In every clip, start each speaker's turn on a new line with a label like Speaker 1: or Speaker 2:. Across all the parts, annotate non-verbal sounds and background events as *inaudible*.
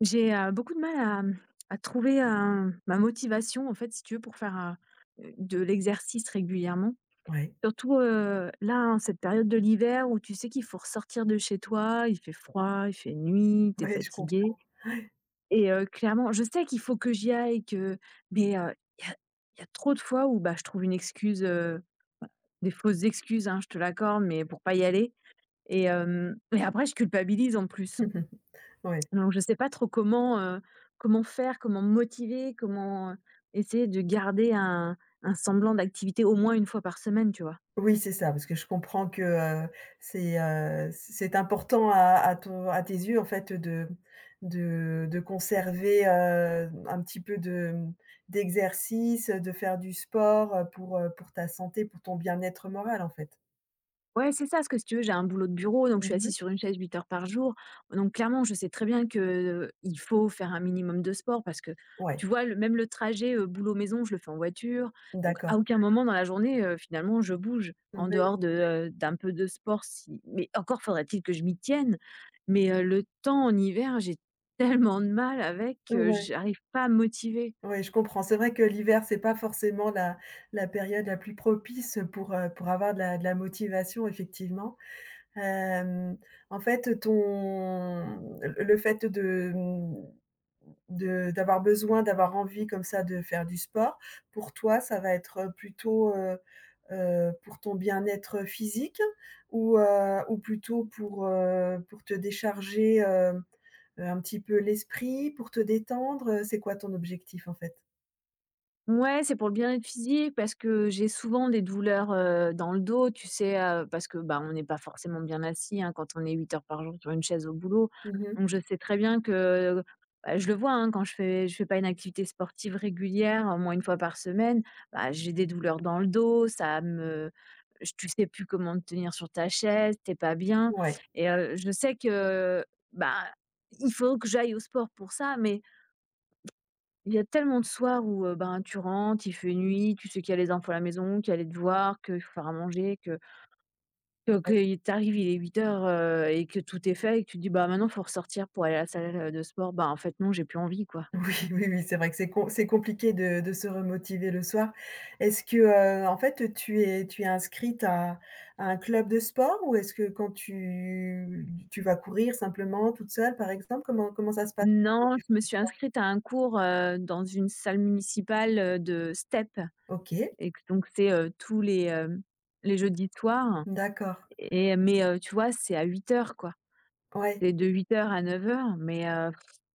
Speaker 1: J'ai, beaucoup de mal à, à trouver, ma motivation en fait si tu veux pour faire, de l'exercice régulièrement.
Speaker 2: Ouais.
Speaker 1: Surtout, là en cette période de l'hiver où tu sais qu'il faut ressortir de chez toi, il fait froid, il fait nuit, t'es es
Speaker 2: Ouais, je
Speaker 1: fatigué
Speaker 2: comprends. Ouais.
Speaker 1: et clairement je sais qu'il faut que j'y aille que mais il y a y a trop de fois où, bah, je trouve une excuse, des fausses excuses, hein, je te l'accorde mais pour pas y aller et hem et après je culpabilise en plus.
Speaker 2: *laughs* Ouais.
Speaker 1: Donc je ne sais pas trop comment, comment faire, comment motiver, comment, essayer de garder un semblant d'activité au moins une fois par semaine, tu vois?
Speaker 2: Oui, c'est ça, parce que je comprends que, c'est important à tes yeux, en fait, de conserver, un petit peu de, d'exercice, de faire du sport, pour ta santé, pour ton bien-être moral, en fait.
Speaker 1: Ouais, c'est ça, parce que si tu veux, j'ai un boulot de bureau, donc je suis
Speaker 2: Mmh.
Speaker 1: assise sur une chaise 8 heures par jour. Donc clairement, je sais très bien que il faut faire un minimum de sport parce que,
Speaker 2: Ouais,
Speaker 1: tu vois, même le trajet boulot-maison, je le fais en voiture. Donc
Speaker 2: d'accord.
Speaker 1: à aucun moment dans la journée, finalement, je bouge
Speaker 2: Ouais,
Speaker 1: en dehors de, d'un peu de sport. Si... Mais encore faudrait-il que je m'y tienne. Mais le temps en hiver, j'ai tellement de mal avec que
Speaker 2: ouais,
Speaker 1: j'arrive pas à me motiver.
Speaker 2: ouais, je comprends. C'est vrai que l'hiver, c'est pas forcément la période la plus propice pour avoir de la motivation, effectivement. Hem, En fait, ton le fait de, d'avoir besoin, d'avoir envie comme ça de faire du sport, pour toi, ça va être, plutôt, pour ton bien-être physique ou plutôt pour te décharger, un petit peu l'esprit, pour te détendre, c'est quoi ton objectif en fait?
Speaker 1: Ouais, c'est pour le bien-être physique parce que j'ai souvent des douleurs, dans le dos, tu sais, parce que, bah, on n'est pas forcément bien assis, hein, quand on est 8 heures par jour sur une chaise au boulot.
Speaker 2: Mmh.
Speaker 1: Donc je sais très bien que, bah, je le vois, hein, quand je fais pas une activité sportive régulière, au moins une fois par semaine, bah, j'ai des douleurs dans le dos, ça me j tu sais plus comment te tenir sur ta chaise, t'es pas bien
Speaker 2: Ouais, ouais.
Speaker 1: et je sais que, bah, il faut que j'aille au sport pour ça, mais il y a tellement de soirs où, ben, tu rentres, il fait nuit, tu sais qu'il y a les enfants à la maison, qu'il y a les devoirs, qu'il faut faire à manger, que tu arrives, il est 20 h, et que tout est fait et que tu te dis: «Bah, maintenant, faut ressortir pour aller à la salle, de sport». Bah, en fait, non, j'ai plus envie, quoi.
Speaker 2: Oui, *laughs* oui, oui, c'est vrai que c'est compliqué de se remotiver le soir. Est-ce que, en fait, tu es inscrite à un club de sport ou est-ce que quand tu vas courir simplement toute seule, par exemple? Comment ça se passe quand
Speaker 1: Non,
Speaker 2: tu
Speaker 1: je
Speaker 2: fais
Speaker 1: me
Speaker 2: du
Speaker 1: suis
Speaker 2: sport?
Speaker 1: inscrite à un cours, dans une salle municipale, de step
Speaker 2: OK,
Speaker 1: et que donc c'est, tous les, les jeudis soirs
Speaker 2: d'accord.
Speaker 1: et mais tu vois, c'est à huit heures quoi.
Speaker 2: Ouais.
Speaker 1: C'est de huit heures à neuf heures mais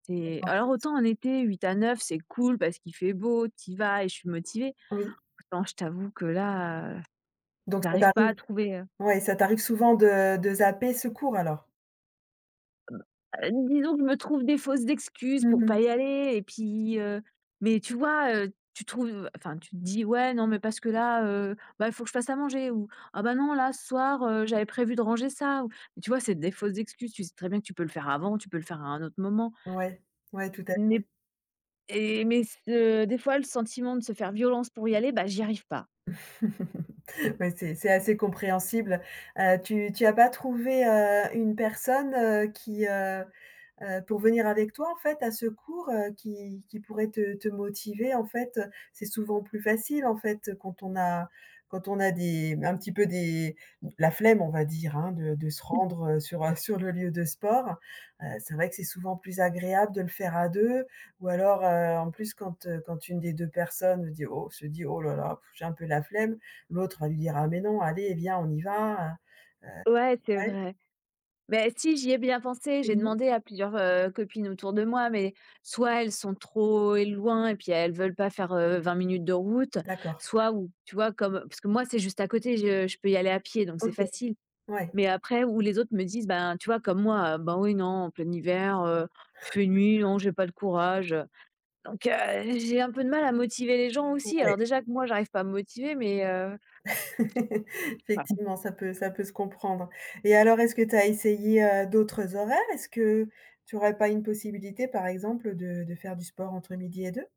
Speaker 1: c'est alors autant en été 8 à 9 c'est cool parce qu'il fait beau, t'y vas et je suis motivée.
Speaker 2: Oui,
Speaker 1: Autant je t'avoue que là,
Speaker 2: donc ça
Speaker 1: j'arrive pas à
Speaker 2: t'arrive
Speaker 1: trouver,
Speaker 2: ouais, ça t'arrive souvent de zapper ce cours alors?
Speaker 1: disons que je me trouve des fausses excuses pour
Speaker 2: Mmh.
Speaker 1: pas y aller et puis, mais tu vois, tu trouves enfin tu te dis: «Ouais, non mais parce que là, bah, il faut que je fasse à manger» ou «Ah bah, non là ce soir, j'avais prévu de ranger ça» ou tu vois? C'est des fausses excuses, tu sais très bien que tu peux le faire avant, tu peux le faire à un autre moment,
Speaker 2: Ouais, ouais, tout à
Speaker 1: mais Et mais ce des fois, le sentiment de se faire violence pour y aller, bah, j'y arrive pas.
Speaker 2: fait. *laughs* *laughs* Ouais, c'est assez compréhensible. Tu as pas trouvé, une personne, pour venir avec toi en fait à ce cours, qui pourrait te motiver en fait, c'est souvent plus facile en fait, quand on a des un petit peu des la flemme on va dire hein, de se rendre, sur, *laughs* sur le lieu de sport. C'est vrai que c'est souvent plus agréable de le faire à 2 ou alors, en plus quand une des 2 personnes dit: «Oh» se dit: «Oh là là, pff, j'ai un peu la flemme», l'autre va lui dire: «Ah mais non, allez viens on y va»,
Speaker 1: Ouais, c'est
Speaker 2: ouais.
Speaker 1: vrai. Mais si, j'y ai bien pensé, j'ai
Speaker 2: Mmh.
Speaker 1: demandé à plusieurs, copines autour de moi, mais soit elles sont trop é loin et puis elles veulent pas faire, 20 minutes de route,
Speaker 2: D'accord.
Speaker 1: soit ou tu vois, comme parce que moi, c'est juste à côté, je peux y aller à pied, donc c'est
Speaker 2: OK.
Speaker 1: facile.
Speaker 2: Ouais.
Speaker 1: Mais après où les autres me disent, ben, tu vois comme moi, «Ben, oui, non, en plein hiver, il fait nuit, non, j'ai pas le courage», donc j'ai un peu de mal à motiver les gens aussi.
Speaker 2: Ouais.
Speaker 1: Alors déjà que moi, j'arrive pas à me motiver, mais
Speaker 2: *laughs*
Speaker 1: voilà.
Speaker 2: Effectivement, ça peut se comprendre. Et alors, est-ce que tu as essayé, d'autres horaires? Est-ce que tu n'aurais pas une possibilité, par exemple, de faire du sport entre midi et deux.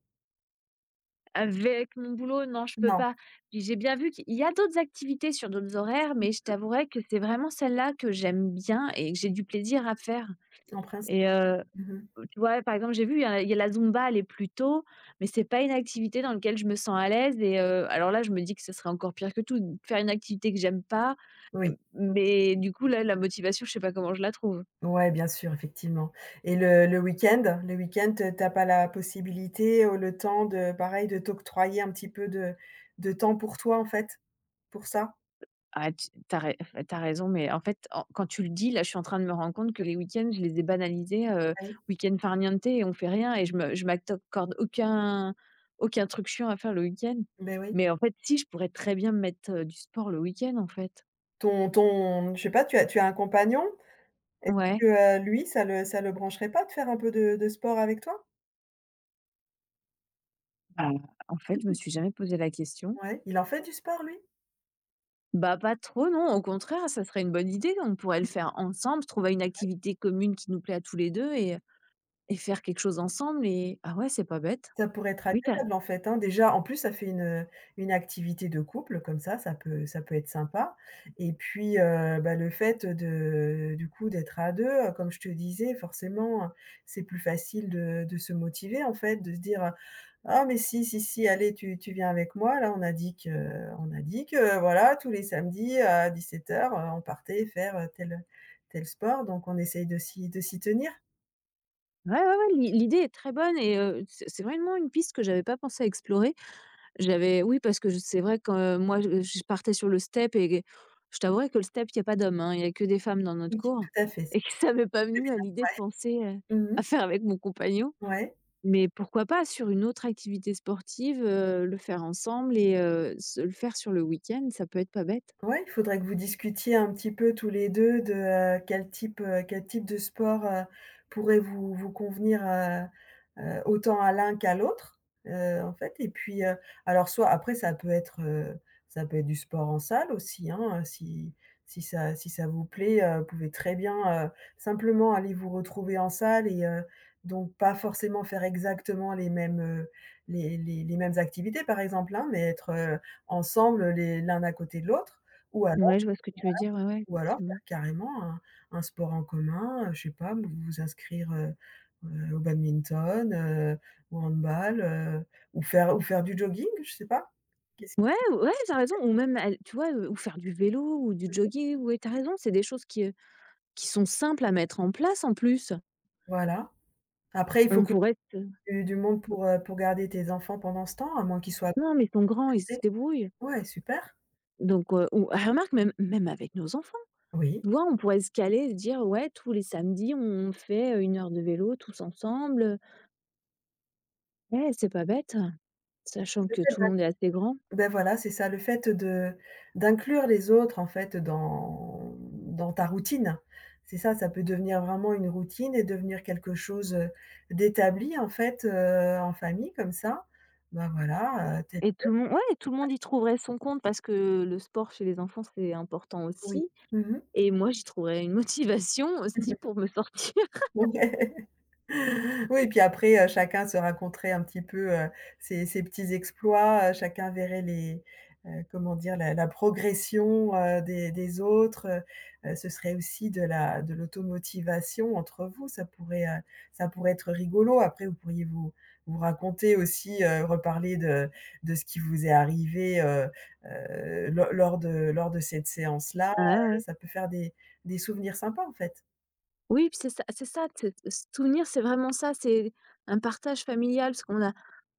Speaker 1: Avec mon boulot, non, je peux
Speaker 2: Non,
Speaker 1: pas. Puis j'ai bien vu qu'il y a d'autres activités sur d'autres horaires, mais je t'avouerai que c'est vraiment celle-là que j'aime bien et que j'ai du plaisir à faire
Speaker 2: en principe.
Speaker 1: et
Speaker 2: Mmh.
Speaker 1: tu vois, par exemple, j'ai vu, il y a la Zumba, elle est plus tôt, mais c'est pas une activité dans laquelle je me sens à l'aise et alors là, je me dis que ce serait encore pire que tout, de faire une activité que j'aime pas,
Speaker 2: Oui,
Speaker 1: mais du coup, là, la motivation, je sais pas comment je la trouve.
Speaker 2: ouais, bien sûr, effectivement. Et le week-end? Le week-end, tu pas la possibilité ou le temps de pareil, de t'octroyer un petit peu de temps pour toi, en fait, pour ça?
Speaker 1: Ah, tu t'as as rai raison, mais en fait, en quand tu le dis, là, je suis en train de me rendre compte que les week-ends, je les ai banalisés,
Speaker 2: Oui,
Speaker 1: week-end farniente et on fait rien et je m'accorde aucun truc chiant à faire le week-end.
Speaker 2: beh, oui.
Speaker 1: Mais en fait, si, je pourrais très bien me mettre, du sport le week-end, en fait.
Speaker 2: Ton ton Je sais pas, tu as un compagnon? Est-ce
Speaker 1: Ouais.
Speaker 2: que, lui, ça le brancherait pas de faire un peu de sport avec toi?
Speaker 1: Bah, en fait, je me suis jamais posé la question.
Speaker 2: Ouais, il en fait du sport lui?
Speaker 1: Bah, pas trop, non. Au contraire, ça serait une bonne idée. On pourrait le faire ensemble, trouver une activité commune qui nous plaît à tous les deux et faire quelque chose ensemble. Et ah ouais, c'est pas bête.
Speaker 2: Ça pourrait être
Speaker 1: Oui, ouais,
Speaker 2: agréable en fait, hein. Déjà, en plus, ça fait une activité de couple comme ça, ça peut être sympa et puis, bah, le fait de du coup, d'être à 2, comme je te disais, forcément, c'est plus facile de se motiver en fait, de se dire, Ah mais si, si, si, allez, tu viens avec moi. Là, on a dit que voilà, tous les samedis à 17h, on partait faire, tel sport, donc on essaye de s'y tenir.
Speaker 1: ouais, ouais, l'idée est très bonne et c'est vraiment une piste que j'avais pas pensé à explorer. J'avais, oui, parce que c'est vrai que moi, je partais sur le step et je t'avouerais que le step, il n'y a pas d'hommes, hein, il y a que des femmes dans notre
Speaker 2: Oui,
Speaker 1: cours
Speaker 2: tout à fait, c'est
Speaker 1: et que ça m'est pas
Speaker 2: très
Speaker 1: venu à l'idée de
Speaker 2: bien.
Speaker 1: penser
Speaker 2: Ouais. Mmh.
Speaker 1: à faire avec mon compagnon.
Speaker 2: Ouais.
Speaker 1: Mais pourquoi pas sur une autre activité sportive, le faire ensemble et se le faire sur le week-end, ça peut être pas bête.
Speaker 2: Ouais, il faudrait que vous discutiez un petit peu tous les 2 de, quel type de sport, pourrait vous vous convenir, autant à l'un qu'à l'autre, en fait et puis, alors soit après ça peut être du sport en salle aussi, hein, si ça vous plaît, vous pouvez très bien, simplement aller vous retrouver en salle et donc pas forcément faire exactement les mêmes activités par exemple, hein, mais être, ensemble les l'un à côté de l'autre. Ou alors
Speaker 1: Ouais, je vois ce que tu veux dire, ouais, ouais,
Speaker 2: ou alors
Speaker 1: effectivement.
Speaker 2: faire carrément un sport en commun, je sais pas, vous vous inscrire, au badminton, au handball, ou faire du jogging, je sais pas. Qu'est-ce
Speaker 1: Ouais, ouais, tu as raison ou même al tu vois, ou faire du vélo ou du jogging, ouais, tu as raison, c'est des choses qui sont simples à mettre en place en plus.
Speaker 2: Voilà. Après il faut
Speaker 1: On
Speaker 2: que
Speaker 1: pourrait se
Speaker 2: tu aies du monde pour garder tes enfants pendant ce temps, à moins qu'ils soient à
Speaker 1: non, mais ils sont grands, ils se
Speaker 2: côté.
Speaker 1: débrouillent.
Speaker 2: Ouais, super.
Speaker 1: Donc ou ah remarque même avec nos enfants,
Speaker 2: Oui.
Speaker 1: tu vois? On pourrait se caler, se dire: «Ouais, tous les samedis, on fait, 1 heure de vélo tous ensemble». Ouais, c'est pas bête. Sachant que tout le monde est assez grand.
Speaker 2: Ben voilà, c'est ça, le fait de d'inclure les autres en fait dans ta routine. C'est ça, ça peut devenir vraiment une routine et devenir quelque chose, d'établi en fait, en famille comme ça. Ben voilà, tu es
Speaker 1: Et tout le monde ouais, tout le monde y trouverait son compte parce que le sport chez les enfants, c'est important
Speaker 2: oui.
Speaker 1: aussi
Speaker 2: Mmh mh.
Speaker 1: et moi, j'y trouverais une *laughs* motivation aussi
Speaker 2: *laughs*
Speaker 1: pour me sortir. *laughs*
Speaker 2: Ouais. Oui et puis après, chacun se raconterait un petit peu, ses petits exploits, chacun verrait comment dire? La progression, des autres, ce serait aussi de l'automotivation entre vous, ça pourrait être rigolo. Après, vous pourriez vous vous raconter aussi, reparler de ce qui vous est arrivé, lo lors de cette séance-là,
Speaker 1: Ouais, ouais.
Speaker 2: ça peut faire des souvenirs sympas, en fait.
Speaker 1: Oui, puis c'est ça, c'est se souvenir, c'est vraiment ça, c'est un partage familial parce qu'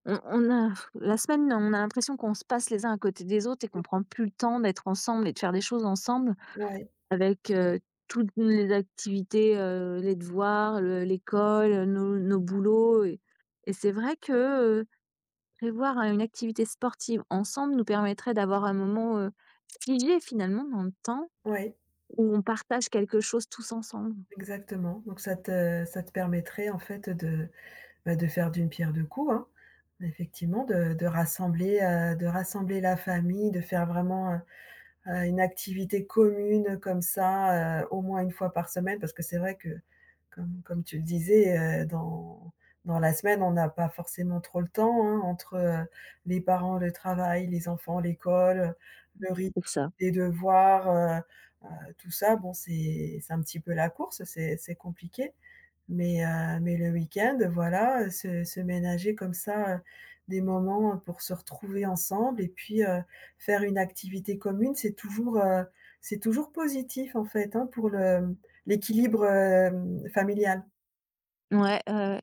Speaker 1: on a la semaine, on a l'impression qu'on se passe les uns à côté des autres et qu'on prend plus le temps d'être ensemble et de faire des choses ensemble.
Speaker 2: Ouais,
Speaker 1: Avec, toutes les activités, les devoirs, le l'école, nos boulots et c'est vrai que, heu, prévoir une activité sportive ensemble nous permettrait d'avoir un moment, figé finalement dans le temps
Speaker 2: ouais.
Speaker 1: où on partage quelque chose tous ensemble.
Speaker 2: Exactement, donc ça te permettrait en fait de, bah, de faire d'une pierre deux coups, hein. Effectivement de rassembler la famille, de faire vraiment, une activité commune comme ça, au moins une fois par semaine parce que c'est vrai que comme tu le disais, dans la semaine, on n'a pas forcément trop le temps, hein, entre, les parents, le travail, les enfants, l'école, le rythme
Speaker 1: C'est ça.
Speaker 2: des devoirs, tout ça, bon, c'est un petit peu la course, c'est compliqué. Mais le week-end, voilà, se ménager comme ça, des moments pour se retrouver ensemble et puis, faire une activité commune, c'est toujours positif en fait, hein, pour le l'équilibre, familial.
Speaker 1: Ouais, ouais, ouais.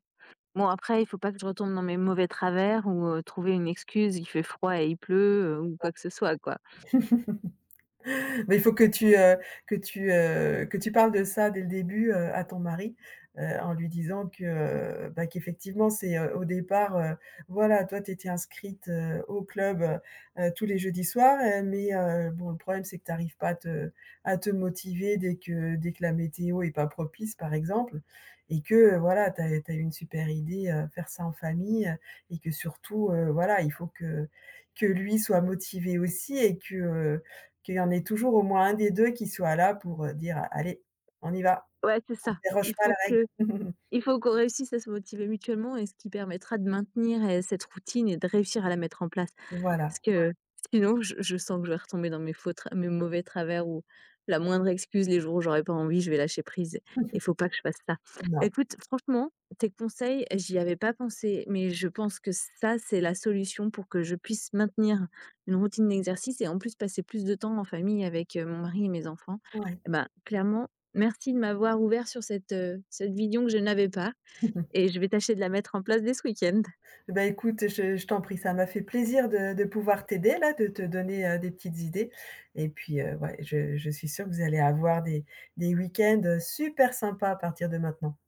Speaker 1: Bon après il faut pas que je retombe dans mes mauvais travers ou, trouver une excuse, il fait froid et il pleut, ou quoi que ce soit quoi.
Speaker 2: Mais il faut que tu parles de ça dès le début, à ton mari, en lui disant que, bah, qu'effectivement c'est, au départ, voilà, toi tu étais inscrite, au club, tous les jeudis soirs, mais bon, le problème c'est que tu arrives pas à te motiver dès que la météo est pas propice, par exemple et que, voilà, tu as eu une super idée, faire ça en famille, et que surtout, voilà, il faut que lui soit motivé aussi et que, qu'il y en ait toujours au moins un des 2 qui soit là pour, dire: «Ah, «Allez, on y va,
Speaker 1: Ouais c'est
Speaker 2: on ne
Speaker 1: ça,
Speaker 2: déroge
Speaker 1: il
Speaker 2: pas à la
Speaker 1: faut que
Speaker 2: règle». *laughs*
Speaker 1: Il faut qu'on réussisse à se motiver mutuellement et ce qui permettra de maintenir, cette routine et de réussir à la mettre en place.
Speaker 2: Voilà,
Speaker 1: Parce que sinon, je sens que je vais retomber dans mes faux tra mes mauvais travers ou la moindre excuse, les jours où j'aurais pas envie, je vais lâcher prise et faut pas que je fasse ça.
Speaker 2: non,
Speaker 1: Écoute, franchement, tes conseils, j'y avais pas pensé, mais je pense que ça, c'est la solution pour que je puisse maintenir une routine d'exercice et en plus passer plus de temps en famille avec, mon mari et mes enfants.
Speaker 2: ouais.
Speaker 1: Et ben, clairement, merci de m'avoir ouvert sur cette, cette vision que je n'avais pas
Speaker 2: *laughs*
Speaker 1: et je vais tâcher de la mettre en place dès ce week-end.
Speaker 2: Bah, écoute, je t'en prie, ça m'a fait plaisir de pouvoir t'aider là, de te donner, des petites idées et puis, ouais, je suis sûre que vous allez avoir des week-ends, super sympas à partir de maintenant.